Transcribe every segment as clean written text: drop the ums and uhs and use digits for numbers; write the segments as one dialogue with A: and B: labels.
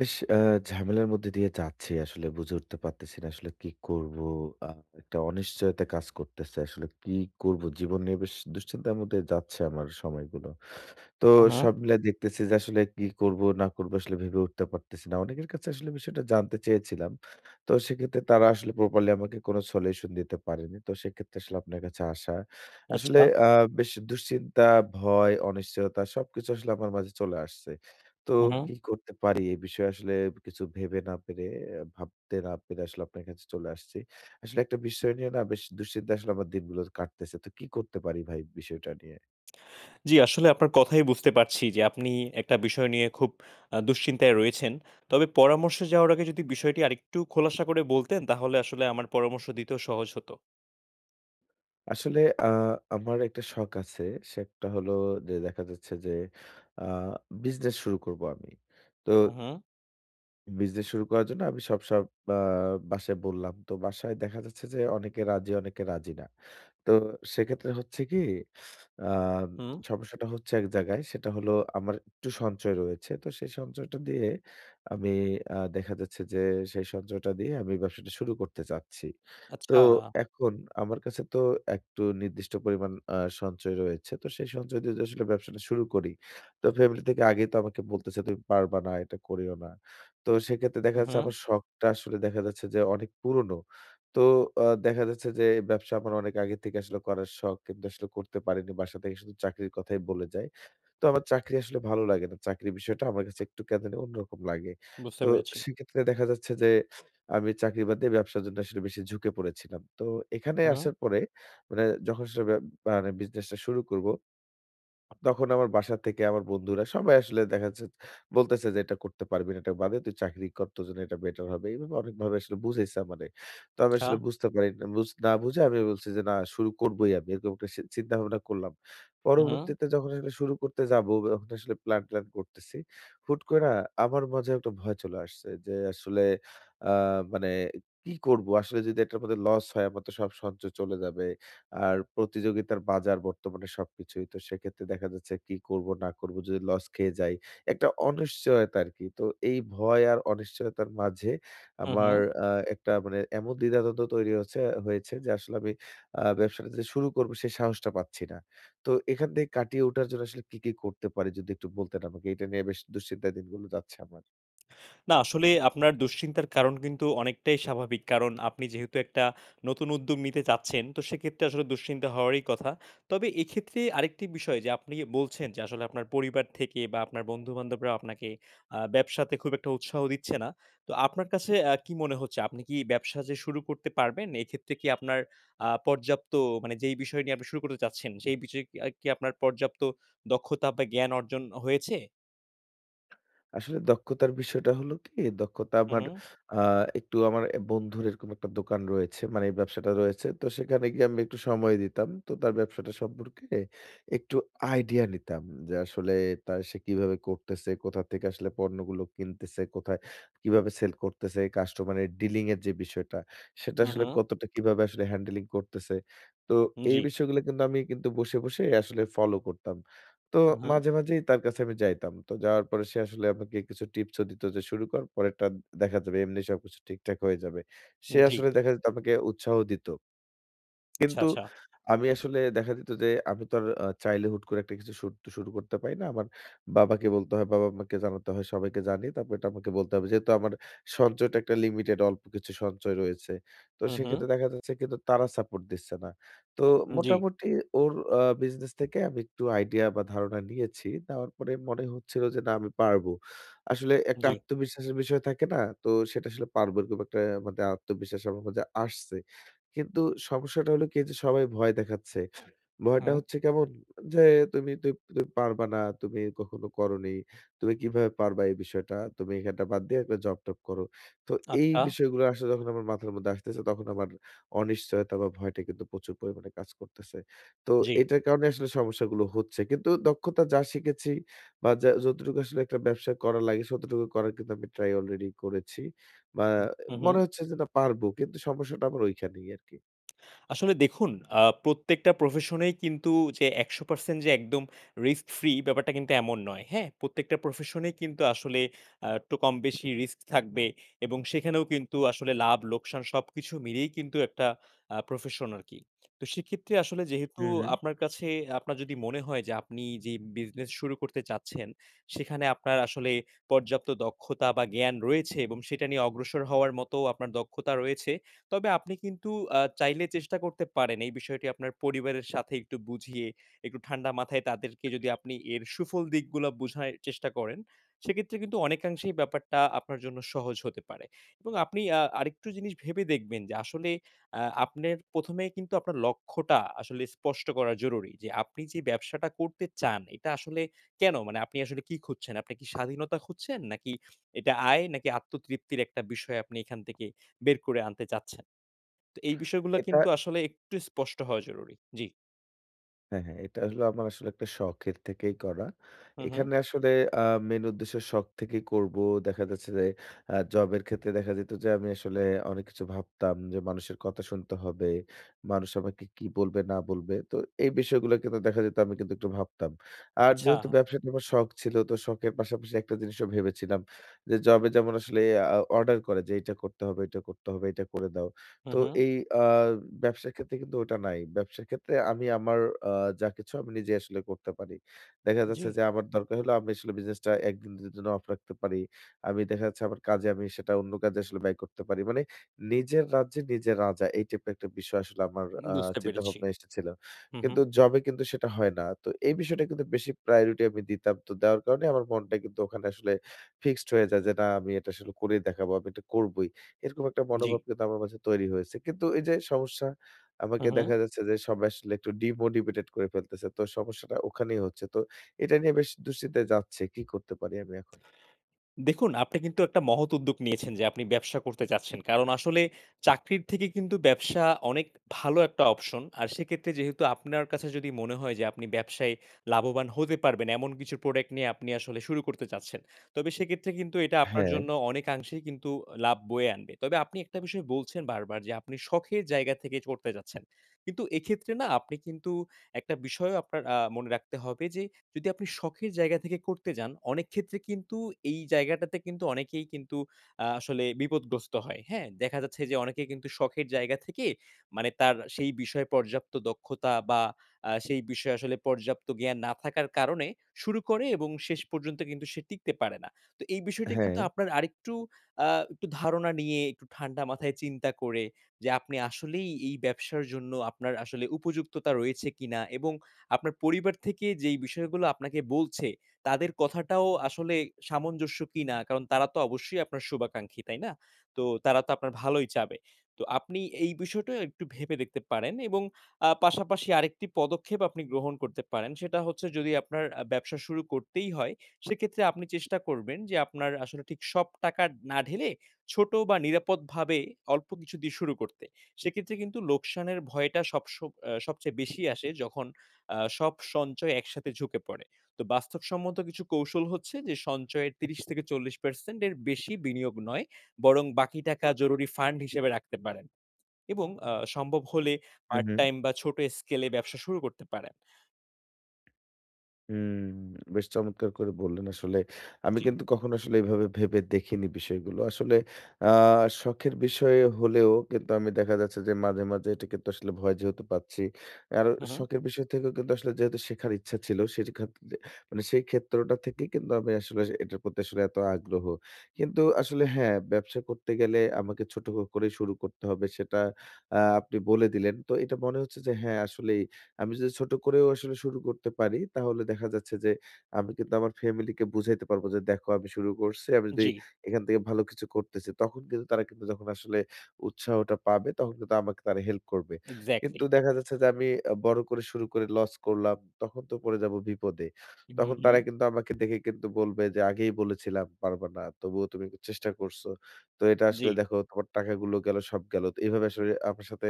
A: বেশ ঝামেলার মধ্যে দিয়ে যাচ্ছি, আসলে বুঝে উঠতে পারতেছি না আসলে কি করব? আ একটা অনিশ্চয়তা কাজ করতেছে। আসলে কি করব? জীবন নিয়ে বেশ দুশ্চিন্তার মধ্যে যাচ্ছে আমার সময়গুলো। তো
B: হুম, হুম।
A: সব মিলায় দেখতেছি যে আসলে কি করব না করব আসলে ভেবে উঠতে পারতেছি না। অনেকের কাছে আসলে বিষয়টা জানতে চেয়েছিলাম। তো সেক্ষেত্রে তারা আসলে প্রপারলি আমাকে কোনো সলিউশন দিতে পারেনি। তো সেক্ষেত্রে আসলে আপনার কাছে আসা। আসলে
B: আচ্ছা।
A: আ বেশ দুশ্চিন্তা, ভয়, অনিশ্চয়তা সবকিছু আসলে আমার মাঝে চলে আসছে। তো
B: হুম, হুম।
A: কি করতে পারি এই বিষয়ে আসলে কিছু ভেবে না পেরে, ভাবতে না পেরে আসলে আপনার কাছে চলে আসছি। আসলে একটা বিষয় নিয়ে না বেশ দুশ্চিন্তা আসলে আমার দিনগুলো কাটতেছে। তো কি করতে পারি ভাই বিষয়টা নিয়ে?
B: জি, আসলে আপনার কথাই বুঝতে পারছি যে আপনি একটা বিষয় নিয়ে খুব দুশ্চিন্তায় রয়েছেন। তবে পরামর্শে যাওয়ার আগে যদি বিষয়টি আরেকটু খোলাসা করে বলতেন তাহলে আসলে আমার পরামর্শ দিতেও সহজ হতো।
A: আসলে আমার একটা শখ আছে। শখটা হলো যে দেখা যাচ্ছে যে আ বিজনেস শুরু করব আমি। তো
B: হুম, হুম,
A: বিজনেস শুরু করার জন্য আমি সব আ বাসায় বললাম। তো বাসায় দেখা যাচ্ছে যে অনেকে রাজি, অনেকে রাজি না। তো সেক্ষেত্রে হচ্ছে কি আ
B: হুম।
A: সমস্যাটা হচ্ছে এক জায়গায়। সেটা হলো আমার একটু সঞ্চয় রয়েছে। তো সেই সঞ্চয়টা দিয়ে আমি দেখা যাচ্ছে যে সেই সঞ্চয়টা দিয়ে আমি ব্যবসাটা শুরু করতে চাচ্ছি। তো
B: আচ্ছা।
A: এখন আমার কাছে তো একটু নির্দিষ্ট পরিমাণ সঞ্চয় রয়েছে। তো সেই সঞ্চয় দিয়ে যদি আসলে ব্যবসাটা শুরু করি, তো ফ্যামিলি থেকে আগেই তো আমাকে বলতেছে, "তুমি পারবা না, এটা করিও না।" তো সেক্ষেত্রে দেখা
B: হুম,
A: যাচ্ছে
B: হুম।
A: আমার শখটা আসলে দেখা যাচ্ছে যে অনেক পুরনো। তো দেখা যাচ্ছে যে এই ব্যবসা আমার অনেক আগে থেকে আসলে করার শখ, কিন্তু আসলে করতে পারিনি। বাসা থেকে শুধু চাকরির কথাই বলে যায়। তো আমার চাকরি আসলে ভালো লাগে না। চাকরির বিষয়টা আমার কাছে একটু কেন জানি অন্যরকম লাগে।
B: বুঝতে
A: তো
B: পেরেছি।
A: সেক্ষেত্রে দেখা যাচ্ছে যে আমি চাকরি বাদ দিয়ে ব্যবসার জন্য আসলে বেশি ঝুঁকে পড়েছিলাম। তো এখানে
B: হুম,
A: আসার পরে মানে যখন আসলে মানে বিজনেসটা শুরু করব তখন আমার বাসা থেকে আমার বন্ধুরা সবাই আসলে দেখা যাচ্ছে বলতেছে যে, "এটা করতে পারবি না, এটা বাদে তুই চাকরি কর, তোর জন্য এটা বেটার হবে।" এইভাবে অনেকভাবে আসলে বুঝাইছে আমারে। তো আমি
B: আচ্ছা।
A: আসলে বুঝতে পারি না, বুঝ না বুঝে আমি বলছি যে, "না, শুরু করবোই আমি।" এরকম একটা চিন্তাভাবনা করলাম।
B: হুম,
A: পরবর্তীতে যখন আসলে শুরু করতে যাবো, তখন আসলে প্ল্যান করতেছি। হুট করে না, আমার মাঝেও একটা ভয় চলে আসছে যে আসলে আ মানে কি করবো? আসলে যদি এটার মধ্যে লস হয়, আমার তো সব সঞ্চয় চলে যাবে। আর প্রতিযোগিতার বাজার বর্তমানে সবকিছুই। তো সেক্ষেত্রে দেখা যাচ্ছে কি করব না করব যদি লস খেয়ে যাই। একটা অনিশ্চয়তা আরকি। তো এই ভয় আর অনিশ্চয়তার মাঝে
B: হুম, হুম।
A: আমার
B: হুম।
A: আ একটা মানে এমন দ্বিধাদ্বন্দ্ব তৈরি হচ্ছে হয়েছে যে আসলে আমি ব্যবসাটা যে শুরু করব সেই সাহসটা পাচ্ছি না। তো এখান থেকে কাটিয়ে ওঠার জন্য আসলে কি করতে পারি যদি একটু বলতেন আমাকে? এটা নিয়ে বেশ দুশ্চিন্তায় দিনগুলো যাচ্ছে আমার।
B: না আসলে আপনার দুশ্চিন্তার কারণ কিন্তু অনেকটাই স্বাভাবিক। কারণ আপনি যেহেতু একটা নতুন উদ্যোগ নিতে চাচ্ছেন, তো সেক্ষেত্রে আসলে দুশ্চিন্তা হওয়ারই কথা। তবে এক্ষেত্রে আরেকটি বিষয় যে আপনি বলছেন যে আসলে আপনার পরিবার থেকে বা আপনার বন্ধু-বান্ধবরা আপনাকে ব্যবসাতে খুব একটা উৎসাহ দিচ্ছে না। তো আপনার কাছে কি মনে হচ্ছে আপনি কি ব্যবসা যে শুরু করতে পারবেন? এক্ষেত্রে কি আপনার পর্যাপ্ত মানে যেই বিষয় নিয়ে আপনি শুরু করতে চাচ্ছেন, সেই বিষয়ে কি কি আপনার পর্যাপ্ত দক্ষতা বা জ্ঞান অর্জন হয়েছে?
A: আসলে দক্ষতার বিষয়টা হলো কি, দক্ষতা
B: হু,
A: আমার
B: হু।
A: আ একটু আমার বন্ধুর এরকম একটা দোকান রয়েছে। মানে এই ব্যবসাটা রয়েছে। তো সেখানে গিয়ে আমি একটু সময় দিতাম। তো তার ব্যবসাটা সম্পর্কে একটু আইডিয়া নিতাম যে আসলে তা সে কিভাবে করতেছে, কোথা থেকে আসলে পণ্যগুলো কিনতেছে, কোথায় কিভাবে সেল করতেছে, কাস্টমারের ডিলিং এর যে বিষয়টা, সেটা
B: হু,
A: আসলে
B: হু।
A: কতটা কিভাবে আসলে হ্যান্ডেলিং করতেছে। তো এই
B: জি।
A: বিষয়গুলো কিন্তু আমি কিন্তু বসে, বসে আসলে ফলো করতাম। তো
B: হু, হু।
A: মাঝে, মাঝেই তার কাছে আমি যাইতাম। তো যাওয়ার পরে সে আসলে আমাকে কিছু টিপসও দিত যে, "শুরু কর, পরেরটা দেখা যাবে। এমনি সবকিছু ঠিকঠাক হয়ে যাবে।" সে
B: জি।
A: আসলে দেখা যেত আমাকে উৎসাহ দিত।
B: আচ্ছা,
A: কিন্তু
B: আচ্ছা।
A: আমি আসলে দেখা যেত যে আমি তো আর চাইলে হুট করে একটা কিছু শুরু করতে পারি না। আমার বাবাকে বলতে হয়, বাবা-মাকে জানাতে হয়, সবাইকে জানিয়ে তারপর এটা আমাকে বলতে হবে। যেহেতু আমার সঞ্চয়টা একটা লিমিটেড, অল্প কিছু সঞ্চয় রয়েছে। তো
B: হু, হু।
A: সেক্ষেত্রে দেখা যাচ্ছে কিন্তু তারা সাপোর্ট দিচ্ছে না। তো
B: জি,
A: মোটামুটি ওর বিজনেস থেকে আমি একটু আইডিয়া বা ধারণা নিয়েছি। নেওয়ার পরে মনে হচ্ছিল যে না, আমি পারবো। আসলে একটা
B: জি।
A: আত্মবিশ্বাসের বিষয় থাকে না? তো সেটা আসলে পারবো এরকম একটা মানে আত্মবিশ্বাস আমার মধ্যে আসছে। কিন্তু সমস্যাটা হলো কি যে সবাই ভয় দেখাচ্ছে। ভয়টা
B: হুম।
A: হচ্ছে কেমন যে তুমি পারবা না, তুমি কখনো করোনি। তুমি কিভাবে পারবা এই বিষয়টা? তুমি এখানটা বাদ দিয়ে একটা জব-টব করো। তো এই
B: আচ্ছা,
A: বিষয়গুলো আসলে যখন আমার মাথার মধ্যে আসতেছে তখন আমার অনিশ্চয়তা বা ভয়টা কিন্তু প্রচুর পরিমাণে কাজ করতেছে। তো
B: জি।
A: এটার কারণে আসলে সমস্যাগুলো হচ্ছে। কিন্তু দক্ষতা যা শিখেছি বা যা যতটুকু আসলে একটা ব্যবসা করা লাগে ততটুকু করার কিন্তু আমি ট্রাই অলরেডি করেছি বা
B: হু,
A: মনে
B: হু।
A: হচ্ছে যে না পারবো। কিন্তু সমস্যাটা আমার ঐখানেই আরকি।
B: আসলে দেখুন, প্রত্যেকটা প্রফেশনেই কিন্তু যে ১০০% যে একদম রিস্ক ফ্রি ব্যাপারটা কিন্তু এমন নয়। হ্যাঁ? প্রত্যেকটা প্রফেশনেই কিন্তু আসলে একটু কম বেশি রিস্ক থাকবে এবং সেখানেও কিন্তু আসলে লাভ লোকসান সবকিছু মিলিয়েই কিন্তু একটা প্রফেশন আরকি। তো সেক্ষেত্রে আসলে যেহেতু
A: হুম, হুম।
B: আপনার কাছে আপনার যদি মনে হয় যে আপনি যে বিজনেস শুরু করতে চাচ্ছেন, সেখানে আপনার আসলে পর্যাপ্ত দক্ষতা বা জ্ঞান রয়েছে এবং সেটা নিয়ে অগ্রসর হওয়ার মতো আপনার দক্ষতা রয়েছে তবে আপনি কিন্তু চাইলে চেষ্টা করতে পারেন এই বিষয়টি আপনার পরিবারের সাথে একটু বুঝিয়ে, একটু ঠান্ডা মাথায় তাদেরকে যদি আপনি এর সুফল দিকগুলা বোঝার চেষ্টা করেন, সেক্ষেত্রে কিন্তু অনেকাংশেই ব্যাপারটা আপনার জন্য সহজ হতে পারে। এবং আপনি আরেকটু জিনিস ভেবে দেখবেন যে আসলে আপনার ১ম এ কিন্তু আপনার লক্ষ্যটা আসলে স্পষ্ট করা জরুরি। যে আপনি যে ব্যবসাটা করতে চান, এটা আসলে কেন? মানে আপনি আসলে কি খুঁজছেন? আপনি কি স্বাধীনতা খুঁজছেন? নাকি এটা আয়? নাকি আত্মতৃপ্তির একটা বিষয় আপনি এখান থেকে বের করে আনতে চাচ্ছেন? তো এই বিষয়গুলা
A: এটা
B: কিন্তু আসলে একটু স্পষ্ট হওয়া জরুরি। জি।
A: হ্যাঁ, হ্যাঁ, এটা হলো আমার আসলে একটা শখের থেকেই করা।
B: হু, হু।
A: এখানে আসলে আ মেইন উদ্দেশ্য শখ থেকেই করব। দেখা যাচ্ছে যে জবের ক্ষেত্রে দেখা যেত যে আমি আসলে অনেক কিছু ভাবতাম যে মানুষের কথা শুনতে হবে। মানুষ আমাকে কি বলবে না বলবে। তো এই বিষয়গুলো কিন্তু দেখা যেত আমি কিন্তু একটু ভাবতাম। আর
B: আচ্ছা।
A: যেহেতু ব্যবসাটা আমার শখ ছিল তো শখের পাশাপাশি একটা জিনিসও ভেবেছিলাম যে জবে যেমন আসলে অর্ডার করে যে এটা করতে হবে, এটা করতে হবে, এটা করে দাও।
B: হু,
A: তো
B: হু।
A: এই আ ব্যবসার ক্ষেত্রে কিন্তু ওটা নাই। ব্যবসার ক্ষেত্রে আমি আমার আ যা কিছু আমি নিজে আসলে করতে পারি। দেখা
B: জি।
A: যাচ্ছে যে আমার দরকার হলো আমি আসলে বিজনেসটা ১ দিন ২ দিনের জন্য অফ রাখতে পারি। আমি দেখা যাচ্ছে আমার কাজে আমি সেটা অন্য কাজে আসলে ব্যয় করতে পারি। মানে নিজের রাজ্যে নিজে রাজা এই টাইপের একটা বিষয় আসলে আমার আ
B: বুঝতে পেরেছি।
A: চিন্তাভাবনা এসেছিল।
B: হু, হু।
A: কিন্তু জবে কিন্তু সেটা হয় না। তো এই বিষয়টা কিন্তু বেশি প্রায়োরিটি আমি দিতাম। তো দেওয়ার কারণে আমার মনটা কিন্তু ওখানে আসলে ফিক্সড হয়ে যায় যে না আমি এটা আসলে করে দেখাবো। আমি এটা করবোই। এরকম একটা
B: জি।
A: মনোভাব কিন্তু আমার মাঝে তৈরি হয়েছে। কিন্তু এই যে সমস্যা
B: হু,
A: আমাকে
B: হু।
A: দেখা যাচ্ছে যে সবাই আসলে একটু ডিমোটিভেটেড করে ফেলতেছে। তো সমস্যাটা ওখানেই হচ্ছে। তো এটা নিয়ে বেশ দুশ্চিন্তায় যাচ্ছে। কি করতে পারি আমি এখন?
B: দেখুন, আপনি কিন্তু একটা মহৎ উদ্যোগ নিয়েছেন যে আপনি ব্যবসা করতে চাচ্ছেন। কারণ আসলে চাকরির থেকে কিন্তু ব্যবসা অনেক ভালো একটা অপশন। আর সেক্ষেত্রে যেহেতু আপনার কাছে যদি মনে হয় যে আপনি ব্যবসায় লাভবান হতে পারবেন এমন কিছু প্রোডাক্ট নিয়ে আপনি আসলে শুরু করতে চাচ্ছেন। তবে সেক্ষেত্রে কিন্তু এটা আপনার
A: হ্যাঁ,
B: জন্য অনেকাংশেই কিন্তু লাভ বয়ে আনবে। তবে আপনি একটা বিষয় বলছেন বারবার যে আপনি শখের জায়গা থেকে করতে চাচ্ছেন। কিন্তু এক্ষেত্রে না আপনি কিন্তু একটা বিষয়ও আপনার মনে রাখতে হবে যে যদি আপনি শখের জায়গা থেকে করতে যান, অনেক ক্ষেত্রে কিন্তু এই জায়গাটাতে কিন্তু অনেকেই কিন্তু আসলে বিপদগ্রস্ত হয়। হ্যাঁ? দেখা যাচ্ছে যে অনেকে কিন্তু শখের জায়গা থেকে মানে তার সেই বিষয়ে পর্যাপ্ত দক্ষতা বা সেই বিষয়ে আসলে পর্যাপ্ত জ্ঞান না থাকার কারণে শুরু করে এবং শেষ পর্যন্ত কিন্তু সে টিকতে পারে না। তো এই বিষয়টি
A: হ্যাঁ।
B: কিন্তু আপনার আরেকটু আ একটু ধারণা নিয়ে একটু ঠান্ডা মাথায় চিন্তা করে যে আপনি আসলেই এই ব্যবসার জন্য আপনার আসলে উপযুক্ততা রয়েছে কিনা এবং আপনার পরিবার থেকে যেই বিষয়গুলো আপনাকে বলছে, তাদের কথাটাও আসলে সামঞ্জস্য কিনা? কারণ তারা তো অবশ্যই আপনার শুভাকাঙ্ক্ষী, তাই না? তো তারা তো আপনার ভালোই চাবে। তো আপনি এই বিষয়টা একটু ভেবে দেখতে পারেন এবং পাশাপাশি আরেকটি পদক্ষেপ আপনি গ্রহণ করতে পারেন। সেটা হচ্ছে যদি আপনার ব্যবসা শুরু করতেই হয়, সেক্ষেত্রে আপনি চেষ্টা করবেন যে আপনার আসলে ঠিক সব টাকা না ঢেলে ছোট বা নিরাপদভাবে অল্প কিছু দিয়ে শুরু করতে। সেক্ষেত্রে কিন্তু লোকসানের ভয়টা সব সব আ সবচেয়ে বেশি আসে যখন সব সঞ্চয় একসাথে ঝুঁকে পড়ে। তো বাস্তবসম্মত কিছু কৌশল হচ্ছে যে সঞ্চয়ের ৩০-৪০% এর বেশি বিনিয়োগ নয়, বরং বাকি টাকা জরুরি ফান্ড হিসেবে রাখতে পারেন এবং সম্ভব হলে
A: হু,
B: পার্ট
A: হু।
B: টাইম বা ছোট স্কেলে ব্যবসা শুরু করতে পারেন।
A: হুম, বেশ চমৎকার করে বললেন আসলে। আমি
B: জি।
A: কিন্তু কখনো আসলে এভাবে ভেবে দেখিনি বিষয়গুলো। আসলে আ শখের বিষয় হলেও কিন্তু আমি দেখা যাচ্ছে যে মাঝে, মাঝে এটা কিন্তু আসলে ভয় যেহেতু পাচ্ছি। আর
B: হু, হু।
A: শখের বিষয় থেকেও কিন্তু আসলে যেহেতু শেখার ইচ্ছা ছিল, সেটি খাত মানে সেই ক্ষেত্রটা থেকে কিন্তু আমি আসলে এটার প্রতি আসলে এত আগ্রহ। কিন্তু আসলে হ্যাঁ, ব্যবসা করতে গেলে আমাকে ছোট করেই শুরু করতে হবে সেটা আপনি বলে দিলেন। তো এটা মনে হচ্ছে যে হ্যাঁ, আসলেই আমি যদি ছোট করেও আসলে শুরু করতে পারি, তাহলে দেখা যাচ্ছে যে আমি কিন্তু আমার ফ্যামিলিকে বুঝাইতে পারবো যে, "দেখো আমি শুরু করছি। আমি যদি
B: জি,
A: এখান থেকে ভালো কিছু করতেছি।" তখন কিন্তু তারা কিন্তু যখন আসলে উৎসাহটা পাবে, তখন কিন্তু আমাকে তারা হেল্প করবে। কিন্তু
B: এক্সাক্টলি।
A: দেখা যাচ্ছে যে আমি বড় করে শুরু করে লস করলাম, তখন তো পড়ে যাবো বিপদে।
B: হু,
A: তখন
B: হু।
A: তারা কিন্তু আমাকে দেখে কিন্তু বলবে যে, "আগেই বলেছিলাম পারবা না। তবুও তুমি চেষ্টা করছো। তো এটা
B: জি।
A: আসলে দেখো তোমার টাকাগুলো গেল, সব গেল।" তো এভাবে আসলে আমার সাথে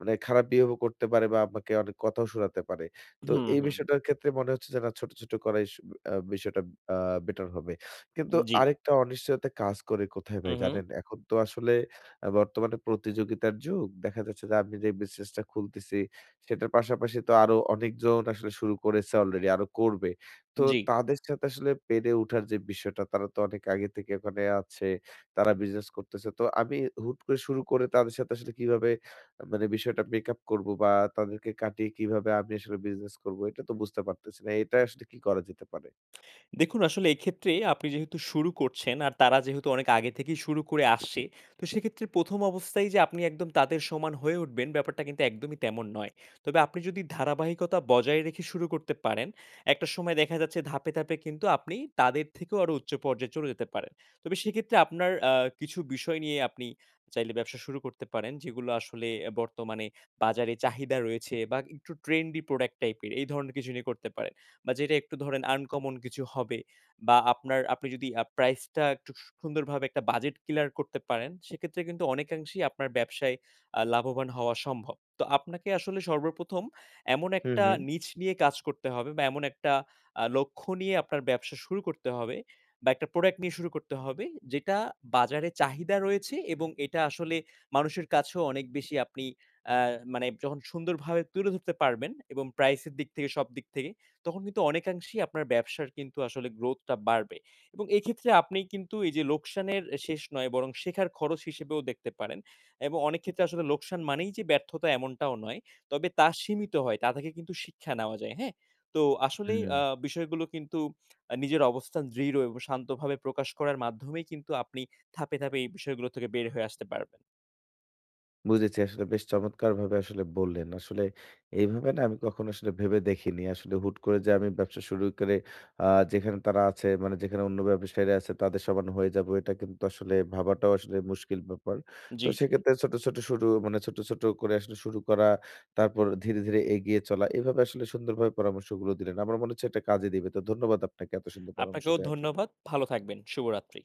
A: মানে খারাপ বিহেভও করতে পারে বা আমাকে অনেক কথাও শোনাতে পারে। তো
B: হু,
A: এই
B: হু।
A: বিষয়টার ক্ষেত্রে মনে হচ্ছে যে না ছোট, ছোট করাই বিষয়টা আ বেটার হবে। কিন্তু
B: জি।
A: আরেকটা অনিশ্চয়তা কাজ করে কোথায় ভাই
B: হু, হু।
A: জানেন? এখন তো আসলে বর্তমানে প্রতিযোগিতার যুগ। দেখা যাচ্ছে যে আমি যে বিজনেসটা খুলতেছি সেটার পাশাপাশি তো আরো অনেকজন আসলে শুরু করেছে অলরেডি, আরো করবে। তো
B: জি।
A: তাদের সাথে আসলে পেরে উঠার যে বিষয়টা, তারা তো অনেক আগে থেকে ওখানে আছে। তারা বিজনেস করতেছে। তো আমি হুট করে শুরু করে তাদের সাথে আসলে কিভাবে মানে বিষয়টা মেকআপ করব বা তাদেরকে কাটিয়ে কিভাবে আমি আসলে বিজনেস করব এটা তো বুঝতে পারতেছি না। এটা আসলে কি করা যেতে পারে?
B: দেখুন আসলে এক্ষেত্রে আপনি যেহেতু শুরু করছেন আর তারা যেহেতু অনেক আগে থেকেই শুরু করে আসছে, তো সেক্ষেত্রে ১ম অবস্থায় যে আপনি একদম তাদের সমান হয়ে উঠবেন ব্যাপারটা কিন্তু একদমই তেমন নয়। তবে আপনি যদি ধারাবাহিকতা বজায় রেখে শুরু করতে পারেন, একটা সময় দেখা যাচ্ছে ধাপে, ধাপে কিন্তু আপনি তাদের থেকেও আরো উচ্চ পর্যায়ে চলে যেতে পারেন। তবে সেক্ষেত্রে আপনার কিছু বিষয় নিয়ে আপনি চাইলে ব্যবসা শুরু করতে পারেন, যেগুলো আসলে বর্তমানে বাজারে চাহিদা রয়েছে বা একটু ট্রেন্ডি প্রোডাক্ট টাইপের এই ধরনের কিছু নিয়ে করতে পারেন। বা যেটা একটু ধরেন আনকমন কিছু হবে বা আপনার আপনি যদি প্রাইসটা একটু সুন্দরভাবে একটা বাজেট ক্লিয়ার করতে পারেন, সেক্ষেত্রে কিন্তু অনেকাংশেই আপনার ব্যবসায় লাভবান হওয়া সম্ভব। তো আপনাকে আসলে সর্বপ্রথম এমন
A: হুম,
B: একটা
A: হুম,
B: নিচ নিয়ে কাজ করতে হবে বা এমন একটা লক্ষ্য নিয়ে আপনার ব্যবসা শুরু করতে হবে বা একটা প্রোডাক্ট নিয়ে শুরু করতে হবে, যেটা বাজারে চাহিদা রয়েছে এবং এটা আসলে মানুষের কাছেও অনেক বেশি আপনি আ মানে যখন সুন্দরভাবে তুলে ধরতে পারবেন এবং প্রাইস এর দিক থেকে সব দিক থেকে তখন কিন্তু অনেকাংশেই আপনার ব্যবসার কিন্তু আসলে গ্রোথটা বাড়বে এবং এক্ষেত্রে আপনি কিন্তু এই যে লোকসানের শেষ নয় বরং শেখার খরচ হিসেবেও দেখতে পারেন এবং অনেক ক্ষেত্রে আসলে লোকসান মানেই যে ব্যর্থতা এমনটাও নয়। তবে তা সীমিত হয়। তা থেকে কিন্তু শিক্ষা নেওয়া যায়, হ্যাঁ? তো আসলেই
A: হুম।
B: বিষয়গুলো কিন্তু নিজের অবস্থান দৃঢ় এবং শান্তভাবে প্রকাশ করার মাধ্যমেই কিন্তু আপনি ধাপে, ধাপে এই বিষয়গুলো থেকে বের হয়ে আসতে পারবেন।
A: বুঝেছি। আসলে বেশ চমৎকারভাবে আসলে বললেন। আসলে এইভাবে না আমি কখনো আসলে ভেবে দেখিনি। আসলে হুট করে যে আমি ব্যবসা শুরু করে আ যেখানে তারা আছে মানে যেখানে অন্য ব্যবসায়ীরা আছে তাদের সমান হয়ে যাবো এটা কিন্তু আসলে ভাবাটাও আসলে মুশকিল ব্যাপার। তো
B: জি, জি।
A: সেক্ষেত্রে ছোট, ছোট শুরু মানে ছোট, ছোট করে আসলে শুরু করা, তারপর ধীরে, ধীরে এগিয়ে চলা। এভাবে আসলে সুন্দরভাবে পরামর্শগুলো দিলেন। আমার মনে হচ্ছে এটা কাজে দিবে। তো ধন্যবাদ আপনাকে এত সুন্দর পরামর্শ
B: আপনাকেও
A: দেওয়ার
B: ধন্যবাদ।
A: জন্য।
B: ভালো থাকবেন। শুভরাত্রি।